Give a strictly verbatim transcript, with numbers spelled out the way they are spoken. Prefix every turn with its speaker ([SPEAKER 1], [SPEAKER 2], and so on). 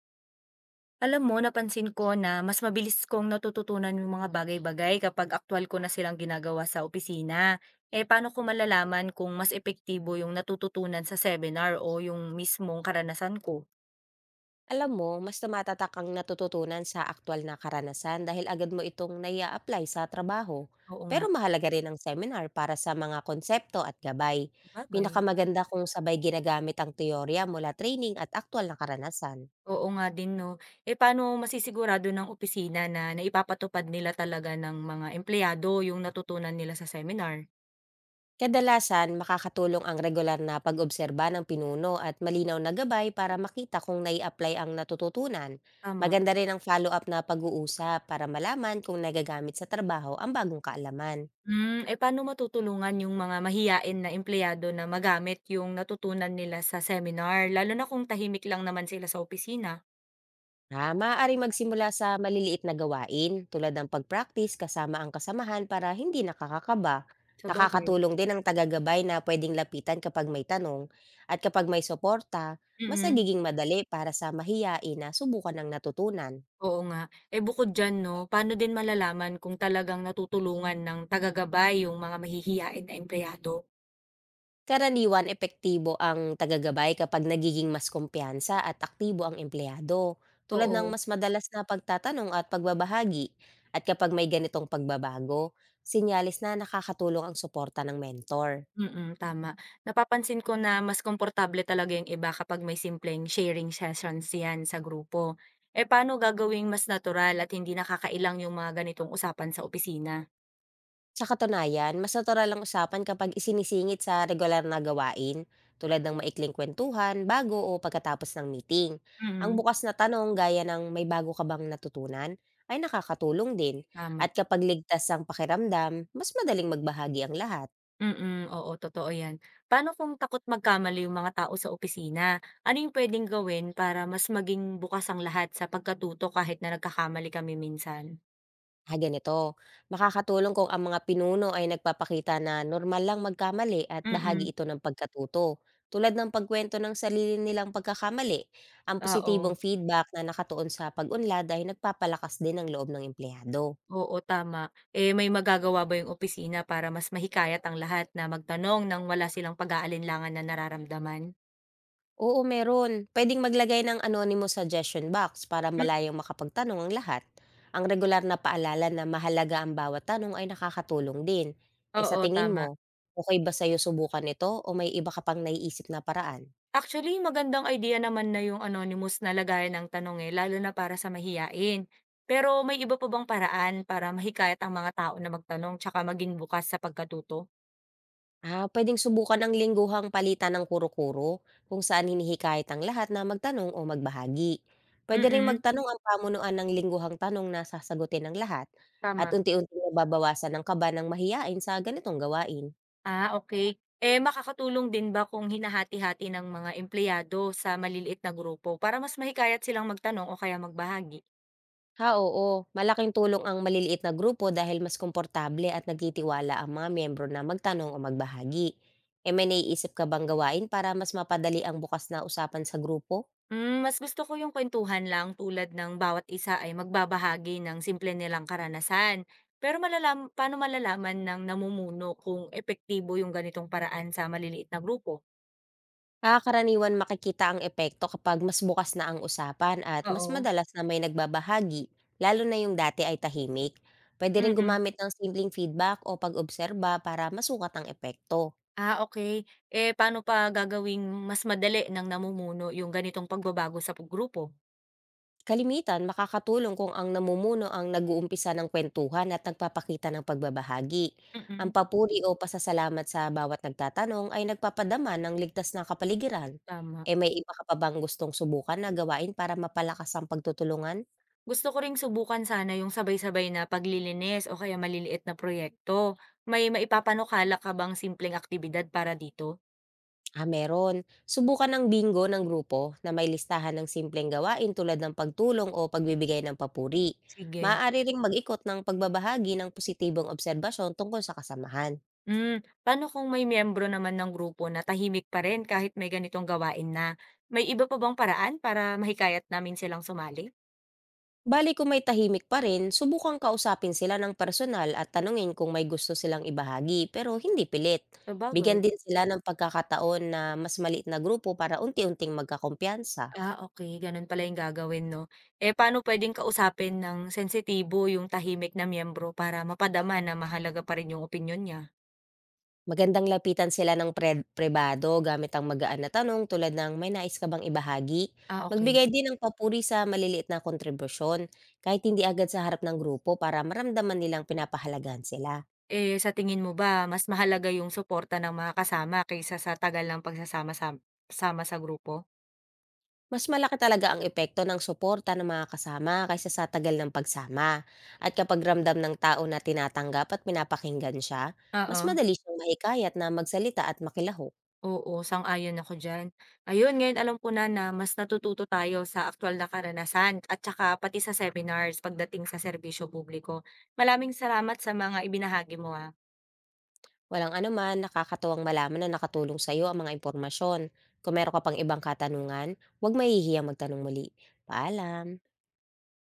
[SPEAKER 1] Alam mo, napansin ko na mas mabilis kong natututunan yung mga bagay-bagay kapag aktwal ko na silang ginagawa sa opisina. Eh, paano ko malalaman kung mas epektibo yung natututunan sa seminar o yung mismong karanasan ko?
[SPEAKER 2] Alam mo, mas tumatatak ang natututunan sa aktwal na karanasan dahil agad mo itong naia-apply sa trabaho.
[SPEAKER 1] Oo nga,
[SPEAKER 2] Pero mahalaga rin ang seminar para sa mga konsepto at gabay.
[SPEAKER 1] bagay.
[SPEAKER 2] Pinakamaganda kung sabay ginagamit ang teorya mula training at aktwal na karanasan.
[SPEAKER 1] Oo nga din, no. Eh, paano masisigurado ng opisina na naipapatupad nila talaga ng mga empleyado yung natutunan nila sa seminar?
[SPEAKER 2] Kadalasan, makakatulong ang regular na pag-obserba ng pinuno at malinaw na gabay para makita kung nai-apply ang natututunan.
[SPEAKER 1] Tama.
[SPEAKER 2] Maganda rin ang follow-up na pag-uusap para malaman kung nagagamit sa trabaho ang bagong kaalaman.
[SPEAKER 1] Hmm, eh, paano matutulungan yung mga mahiyain na empleyado na magamit yung natutunan nila sa seminar, lalo na kung tahimik lang naman sila sa opisina?
[SPEAKER 2] Ah, maaari magsimula sa maliliit na gawain tulad ng pag-practice kasama ang kasamahan para hindi nakakakaba.
[SPEAKER 1] Sabagay.
[SPEAKER 2] Nakakatulong din ang tagagabay na pwedeng lapitan kapag may tanong at kapag may suporta, mas
[SPEAKER 1] Mm,
[SPEAKER 2] nagiging madali para sa mahiyain na subukan ng natutunan.
[SPEAKER 1] oo nga. Eh, bukod diyan 'no, paano din malalaman kung talagang natutulungan ng tagagabay yung mga mahihiyain na empleyado?
[SPEAKER 2] Karaniwan epektibo ang tagagabay kapag nagiging mas kumpiyansa at aktibo ang empleyado, tulad ng
[SPEAKER 1] Oo.
[SPEAKER 2] mas madalas na pagtatanong at pagbabahagi. At kapag may ganitong pagbabago, sinyalis na nakakatulong ang suporta ng mentor.
[SPEAKER 1] Mm, tama. Napapansin ko na mas komportable talaga yung iba kapag may simpleng sharing sessions yan sa grupo. Eh, paano gagawing mas natural at hindi nakakailang yung mga ganitong usapan sa opisina?
[SPEAKER 2] Sa katunayan, mas natural ang usapan kapag isinisingit sa regular na gawain tulad ng maikling kwentuhan bago o pagkatapos ng meeting. Ang
[SPEAKER 1] Mm,
[SPEAKER 2] bukas na tanong gaya ng may bago ka bang natutunan ay nakakatulong din
[SPEAKER 1] tama.
[SPEAKER 2] at kapag ligtas ang pakiramdam, mas madaling magbahagi ang lahat.
[SPEAKER 1] Mm, oo totoo 'yan. Paano kung takot magkamali yung mga tao sa opisina? Ano yung puwedeng gawin para mas maging bukas ang lahat sa pagkatuto kahit na nagkakamali kami minsan?
[SPEAKER 2] Ah, ganito. Makakatulong kung ang mga pinuno ay nagpapakita na normal lang magkamali at bahagi
[SPEAKER 1] Mm,
[SPEAKER 2] ito ng pagkatuto. Tulad ng pagkwento ng sarili nilang pagkakamali, ang
[SPEAKER 1] oo.
[SPEAKER 2] positibong feedback na nakatuon sa pag-unlad ay nagpapalakas din ng loob ng empleyado.
[SPEAKER 1] Oo, tama. Eh, may magagawa ba yung opisina para mas mahikayat ang lahat na magtanong nang wala silang pag-aalinlangan na nararamdaman?
[SPEAKER 2] Oo, meron. Pwedeng maglagay ng anonymous suggestion box para
[SPEAKER 1] Hmm,
[SPEAKER 2] malayong makapagtanong ang lahat. Ang regular na paalala na mahalaga ang bawat tanong ay nakakatulong din. E sa
[SPEAKER 1] oo,
[SPEAKER 2] tingin mo,
[SPEAKER 1] tama.
[SPEAKER 2] okay ba sa'yo subukan ito o may iba ka pang naiisip na paraan?
[SPEAKER 1] Actually, magandang idea naman na yung anonymous na lagayan ng tanong eh, lalo na para sa mahiyain. Pero may iba pa bang paraan para mahikayat ang mga tao na magtanong tsaka maging bukas sa pagkatuto?
[SPEAKER 2] Ah, puwedeng subukan ang lingguhang palitan ng kuro-kuro kung saan hinihikayat ang lahat na magtanong o magbahagi. Puwede ring
[SPEAKER 1] Mm-mm,
[SPEAKER 2] magtanong ang pamunuan ng lingguhang tanong na sasagutin ng lahat at
[SPEAKER 1] tama.
[SPEAKER 2] unti-unting nababawasan ang kaba ng mahiyain sa ganitong gawain.
[SPEAKER 1] Ah, okay. Eh, makakatulong din ba kung hinahati-hati ng mga empleyado sa maliliit na grupo para mas mahikayat silang magtanong o kaya magbahagi?
[SPEAKER 2] Ha, oo. Malaking tulong ang maliliit na grupo dahil mas komportable at nagtitiwala ang mga miyembro na magtanong o magbahagi. E may naiisip ka bang gawain para mas mapadali ang bukas na usapan sa grupo?
[SPEAKER 1] Hmm, mas gusto ko yung kuwentuhan lang tulad ng bawat isa ay magbabahagi ng simple nilang karanasan. Pero malalam paano malalaman ng namumuno kung epektibo yung ganitong paraan sa maliliit na grupo?
[SPEAKER 2] Ah, karaniwan makikita ang epekto kapag mas bukas na ang usapan at mas
[SPEAKER 1] Oo.
[SPEAKER 2] madalas na may nagbabahagi, lalo na yung dati ay tahimik. Pwede rin
[SPEAKER 1] Mm.
[SPEAKER 2] gumamit ng simpleng feedback o pag-obserba para masukat ang epekto.
[SPEAKER 1] Ah, okay. Eh, paano pa gagawing mas madali ng namumuno yung ganitong pagbabago sa grupo?
[SPEAKER 2] Kalimitan, makakatulong kung ang namumuno ang nag-uumpisa ng kwentuhan at nagpapakita ng pagbabahagi. Ang
[SPEAKER 1] Mm,
[SPEAKER 2] papuri o pasasalamat sa bawat nagtatanong ay nagpapadama ng ligtas na kapaligiran.
[SPEAKER 1] tama.
[SPEAKER 2] E may iba ka pa bang gustong subukan na gawain para mapalakas ang pagtutulungan?
[SPEAKER 1] Gusto ko ring subukan sana yung sabay-sabay na paglilinis o kaya maliliit na proyekto. May maipapanukala ka bang simpleng aktibidad para dito?
[SPEAKER 2] Ah, meron. Subukan ng bingo ng grupo na may listahan ng simpleng gawain tulad ng pagtulong o pagbibigay ng papuri.
[SPEAKER 1] Sige.
[SPEAKER 2] Maaari ring mag-ikot ng pagbabahagi ng positibong obserbasyon tungkol sa kasamahan.
[SPEAKER 1] Hmm, paano kung may miyembro naman ng grupo na tahimik pa rin kahit may ganitong gawain na? May iba pa bang paraan para mahikayat namin silang sumali?
[SPEAKER 2] Bali kung may tahimik pa rin, subukan kausapin sila ng personal at tanungin kung may gusto silang ibahagi pero hindi pilit.
[SPEAKER 1] Sabagay.
[SPEAKER 2] Bigyan din sila ng pagkakataon na mas maliit na grupo para unti-unting magkakumpiyansa.
[SPEAKER 1] Ah, okay, ganun pala yung gagawin 'no. Eh, paano puwedeng kausapin ng sensitibo yung tahimik na miyembro para mapadama na mahalaga pa rin yung opinyon niya?
[SPEAKER 2] Magandang lapitan sila ng pre pribado gamit ang magaan na tanong tulad ng, "May nais ka bang ibahagi?"
[SPEAKER 1] Ah, okay.
[SPEAKER 2] Magbigay din ng papuri sa maliliit na kontribusyon kahit hindi agad sa harap ng grupo para maramdaman nilang pinapahalagahan sila.
[SPEAKER 1] Eh, sa tingin mo ba mas mahalaga yung suporta ng mga kasama kaysa sa tagal ng pagsasama-sam sama sa grupo?
[SPEAKER 2] Mas malaki talaga ang epekto ng suporta ng mga kasama kaysa sa tagal ng pagsama. At kapag ramdam ng tao na tinatanggap at pinapakinggan siya, mas
[SPEAKER 1] Oo.
[SPEAKER 2] madali siyang mahikayat na magsalita at makilahok.
[SPEAKER 1] Oo, sang-ayon ako diyan. Ayun, ngayon alam ko na na mas natututo tayo sa aktuwal na karanasan at saka pati sa seminars pagdating sa serbisyo publiko. Maraming salamat sa mga ibinahagi mo, ah.
[SPEAKER 2] Walang anuman, nakakatuwang malaman na nakatulong sa iyo ang mga impormasyon. Kung meron ka pang ibang katanungan, huwag mahihiyang magtanong muli. Paalam!